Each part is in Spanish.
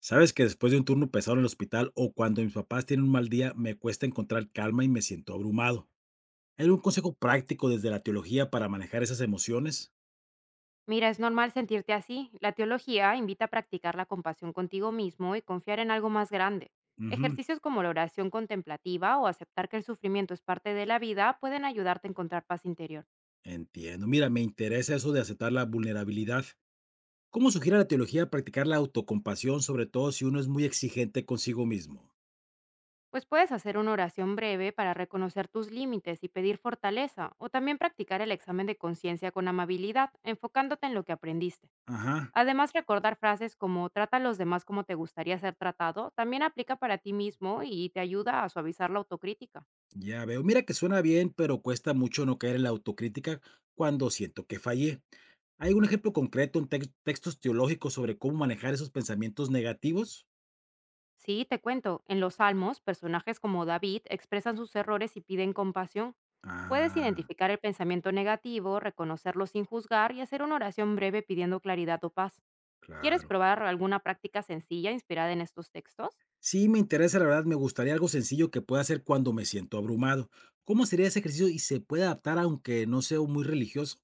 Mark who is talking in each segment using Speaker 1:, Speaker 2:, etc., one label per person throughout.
Speaker 1: Sabes que después de un turno pesado en el hospital o cuando mis papás tienen un mal día, me cuesta encontrar calma y me siento abrumado. ¿Hay algún consejo práctico desde la teología para manejar esas emociones?
Speaker 2: Mira, es normal sentirte así. La teología invita a practicar la compasión contigo mismo y confiar en algo más grande.
Speaker 1: Ujú.
Speaker 2: Ejercicios como la oración contemplativa o aceptar que el sufrimiento es parte de la vida pueden ayudarte a encontrar paz interior.
Speaker 1: Entiendo. Mira, me interesa eso de aceptar la vulnerabilidad. ¿Cómo sugiere la teología practicar la autocompasión, sobre todo si uno es muy exigente consigo mismo?
Speaker 2: Pues puedes hacer una oración breve para reconocer tus límites y pedir fortaleza, o también practicar el examen de conciencia con amabilidad, enfocándote en lo que aprendiste.
Speaker 1: Ajá.
Speaker 2: Además, recordar frases como trata a los demás como te gustaría ser tratado también aplica para ti mismo y te ayuda a suavizar la autocrítica.
Speaker 1: Ya veo, mira que suena bien, pero cuesta mucho no caer en la autocrítica cuando siento que fallé. ¿Hay un ejemplo concreto en textos teológicos sobre cómo manejar esos pensamientos negativos?
Speaker 2: Sí, te cuento, en los Salmos, personajes como David expresan sus errores y piden compasión. Puedes
Speaker 1: Ah,
Speaker 2: identificar el pensamiento negativo, reconocerlo sin juzgar y hacer una oración breve pidiendo claridad o paz. ¿Quieres
Speaker 1: claro.
Speaker 2: probar alguna práctica sencilla inspirada en estos textos?
Speaker 1: Sí, me interesa, la verdad, me gustaría algo sencillo que pueda hacer cuando me siento abrumado. ¿Cómo sería ese ejercicio y se puede adaptar aunque no sea muy religioso?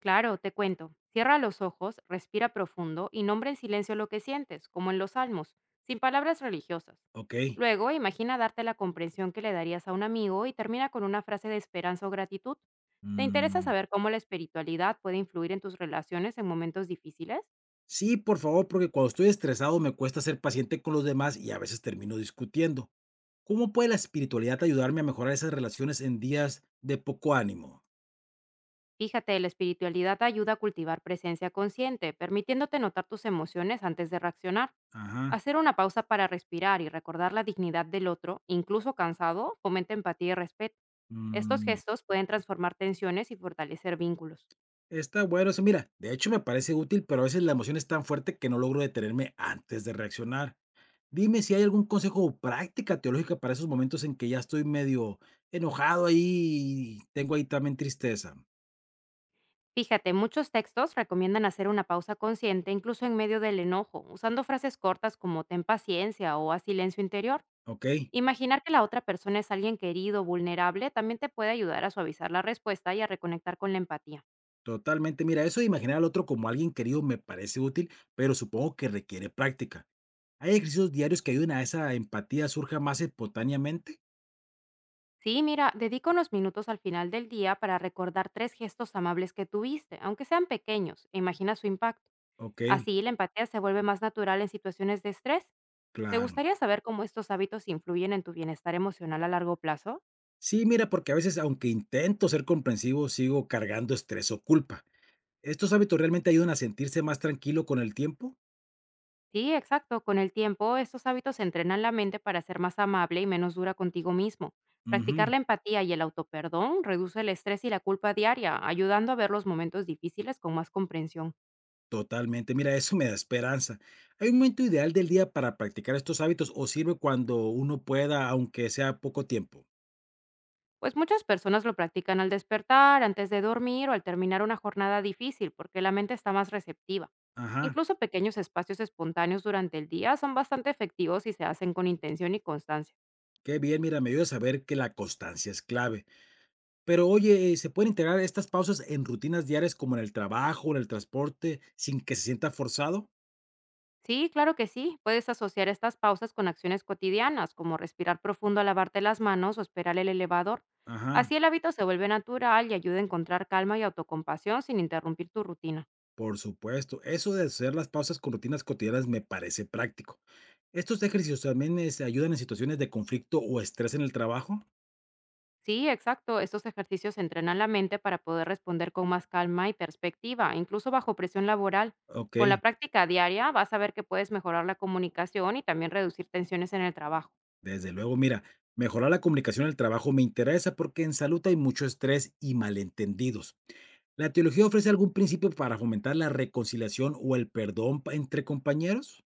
Speaker 2: Claro, te cuento. Cierra los ojos, respira profundo y nombra en silencio lo que sientes, como en los salmos, sin palabras religiosas.
Speaker 1: Ok.
Speaker 2: Luego, imagina darte la comprensión que le darías a un amigo y termina con una frase de esperanza o gratitud. ¿Te interesa
Speaker 1: Mm.
Speaker 2: saber cómo la espiritualidad puede influir en tus relaciones en momentos difíciles?
Speaker 1: Sí, por favor, porque cuando estoy estresado me cuesta ser paciente con los demás y a veces termino discutiendo. ¿Cómo puede la espiritualidad ayudarme a mejorar esas relaciones en días de poco ánimo?
Speaker 2: Fíjate, la espiritualidad ayuda a cultivar presencia consciente, permitiéndote notar tus emociones antes de reaccionar.
Speaker 1: Ajá.
Speaker 2: Hacer una pausa para respirar y recordar la dignidad del otro, incluso cansado, fomenta empatía y respeto. Estos
Speaker 1: mm,
Speaker 2: gestos pueden transformar tensiones y fortalecer vínculos.
Speaker 1: Está bueno eso. Mira, de hecho me parece útil, pero a veces la emoción es tan fuerte que no logro detenerme antes de reaccionar. Dime si hay algún consejo o práctica teológica para esos momentos en que ya estoy medio enojado ahí y tengo ahí también tristeza.
Speaker 2: Fíjate, muchos textos recomiendan hacer una pausa consciente incluso en medio del enojo, usando frases cortas como ten paciencia o a silencio interior.
Speaker 1: ¿Ok?
Speaker 2: Imaginar que la otra persona es alguien querido, vulnerable, también te puede ayudar a suavizar la respuesta y a reconectar con la empatía.
Speaker 1: Totalmente. Mira, eso de imaginar al otro como alguien querido me parece útil, pero supongo que requiere práctica. ¿Hay ejercicios diarios que ayuden a esa empatía surja más espontáneamente?
Speaker 2: Sí, mira, dedica unos minutos al final del día para recordar 3 gestos amables que tuviste, aunque sean pequeños, e imagina su impacto.
Speaker 1: Ok,
Speaker 2: Así la empatía se vuelve más natural en situaciones de estrés. ¿Te
Speaker 1: claro.
Speaker 2: gustaría saber cómo estos hábitos influyen en tu bienestar emocional a largo plazo?
Speaker 1: Sí, mira, porque a veces, aunque intento ser comprensivo, sigo cargando estrés o culpa. ¿Estos hábitos realmente ayudan a sentirse más tranquilo con el tiempo?
Speaker 2: Sí, exacto. Con el tiempo, estos hábitos entrenan la mente para ser más amable y menos dura contigo mismo. Practicar
Speaker 1: Ujú,
Speaker 2: la empatía y el autoperdón reduce el estrés y la culpa diaria, ayudando a ver los momentos difíciles con más comprensión.
Speaker 1: totalmente. Mira, eso me da esperanza. ¿Hay un momento ideal del día para practicar estos hábitos o sirve cuando uno pueda, aunque sea poco tiempo?
Speaker 2: Pues muchas personas lo practican al despertar, antes de dormir o al terminar una jornada difícil, porque la mente está más receptiva.
Speaker 1: Ajá.
Speaker 2: Incluso pequeños espacios espontáneos durante el día son bastante efectivos si se hacen con intención y constancia.
Speaker 1: Qué bien, mira, me ayuda a saber que la constancia es clave. Pero oye, ¿se pueden integrar estas pausas en rutinas diarias como en el trabajo, en el transporte, sin que se sienta forzado?
Speaker 2: Sí, claro que sí. Puedes asociar estas pausas con acciones cotidianas, como respirar profundo al lavarte las manos o esperar el elevador.
Speaker 1: Ajá,
Speaker 2: Así el hábito se vuelve natural y ayuda a encontrar calma y autocompasión sin interrumpir tu rutina.
Speaker 1: por supuesto. Eso de hacer las pausas con rutinas cotidianas me parece práctico. ¿Estos ejercicios también se ayudan en situaciones de conflicto o estrés en el trabajo?
Speaker 2: Sí, exacto. Estos ejercicios entrenan la mente para poder responder con más calma y perspectiva, incluso bajo presión laboral.
Speaker 1: Ok.
Speaker 2: Con la práctica diaria vas a ver que puedes mejorar la comunicación y también reducir tensiones en el trabajo.
Speaker 1: Desde luego, mira, mejorar la comunicación en el trabajo me interesa porque en salud hay mucho estrés y malentendidos. ¿La teología ofrece algún principio para fomentar la reconciliación o el perdón entre compañeros?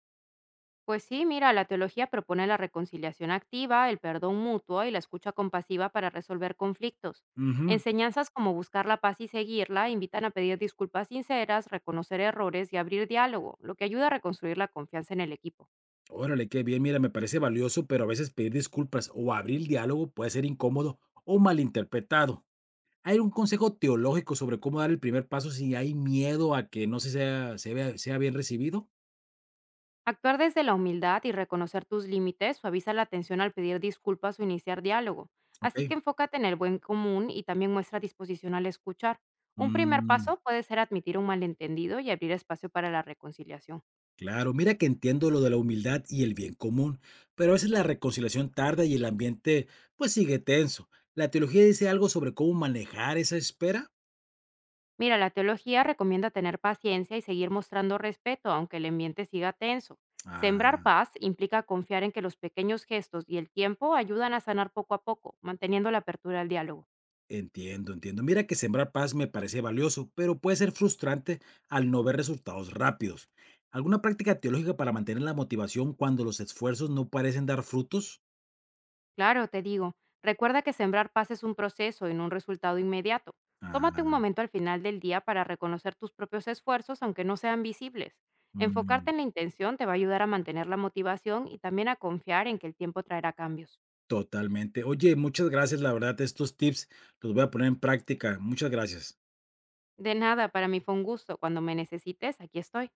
Speaker 2: Pues sí, mira, la teología propone la reconciliación activa, el perdón mutuo y la escucha compasiva para resolver conflictos.
Speaker 1: Ujú.
Speaker 2: Enseñanzas como buscar la paz y seguirla invitan a pedir disculpas sinceras, reconocer errores y abrir diálogo, lo que ayuda a reconstruir la confianza en el equipo.
Speaker 1: Órale, qué bien, mira, me parece valioso, pero a veces pedir disculpas o abrir el diálogo puede ser incómodo o malinterpretado. ¿Hay un consejo teológico sobre cómo dar el primer paso si hay miedo a que no se sea, se vea- sea bien recibido?
Speaker 2: Actuar desde la humildad y reconocer tus límites suaviza la tensión al pedir disculpas o iniciar diálogo.
Speaker 1: Ok.
Speaker 2: Así que enfócate en el buen común y también muestra disposición al escuchar. Un primer
Speaker 1: Mm.
Speaker 2: paso puede ser admitir un malentendido y abrir espacio para la reconciliación.
Speaker 1: Claro, mira que entiendo lo de la humildad y el bien común, pero a veces la reconciliación tarda y el ambiente pues sigue tenso. ¿La teología dice algo sobre cómo manejar esa espera?
Speaker 2: Mira, la teología recomienda tener paciencia y seguir mostrando respeto aunque el ambiente siga tenso.
Speaker 1: Ah,
Speaker 2: Sembrar paz implica confiar en que los pequeños gestos y el tiempo ayudan a sanar poco a poco, manteniendo la apertura al diálogo.
Speaker 1: entiendo, entiendo. Mira que sembrar paz me parece valioso, pero puede ser frustrante al no ver resultados rápidos. ¿Alguna práctica teológica para mantener la motivación cuando los esfuerzos no parecen dar frutos?
Speaker 2: Claro, te digo, recuerda que sembrar paz es un proceso y no un resultado inmediato. Tómate un
Speaker 1: Ah.
Speaker 2: momento al final del día para reconocer tus propios esfuerzos, aunque no sean visibles.
Speaker 1: mm,
Speaker 2: Enfocarte en la intención te va a ayudar a mantener la motivación y también a confiar en que el tiempo traerá cambios.
Speaker 1: Totalmente. Oye, muchas gracias, la verdad, estos tips los voy a poner en práctica. Muchas gracias.
Speaker 2: De nada, para mí fue un gusto. Cuando me necesites, aquí estoy.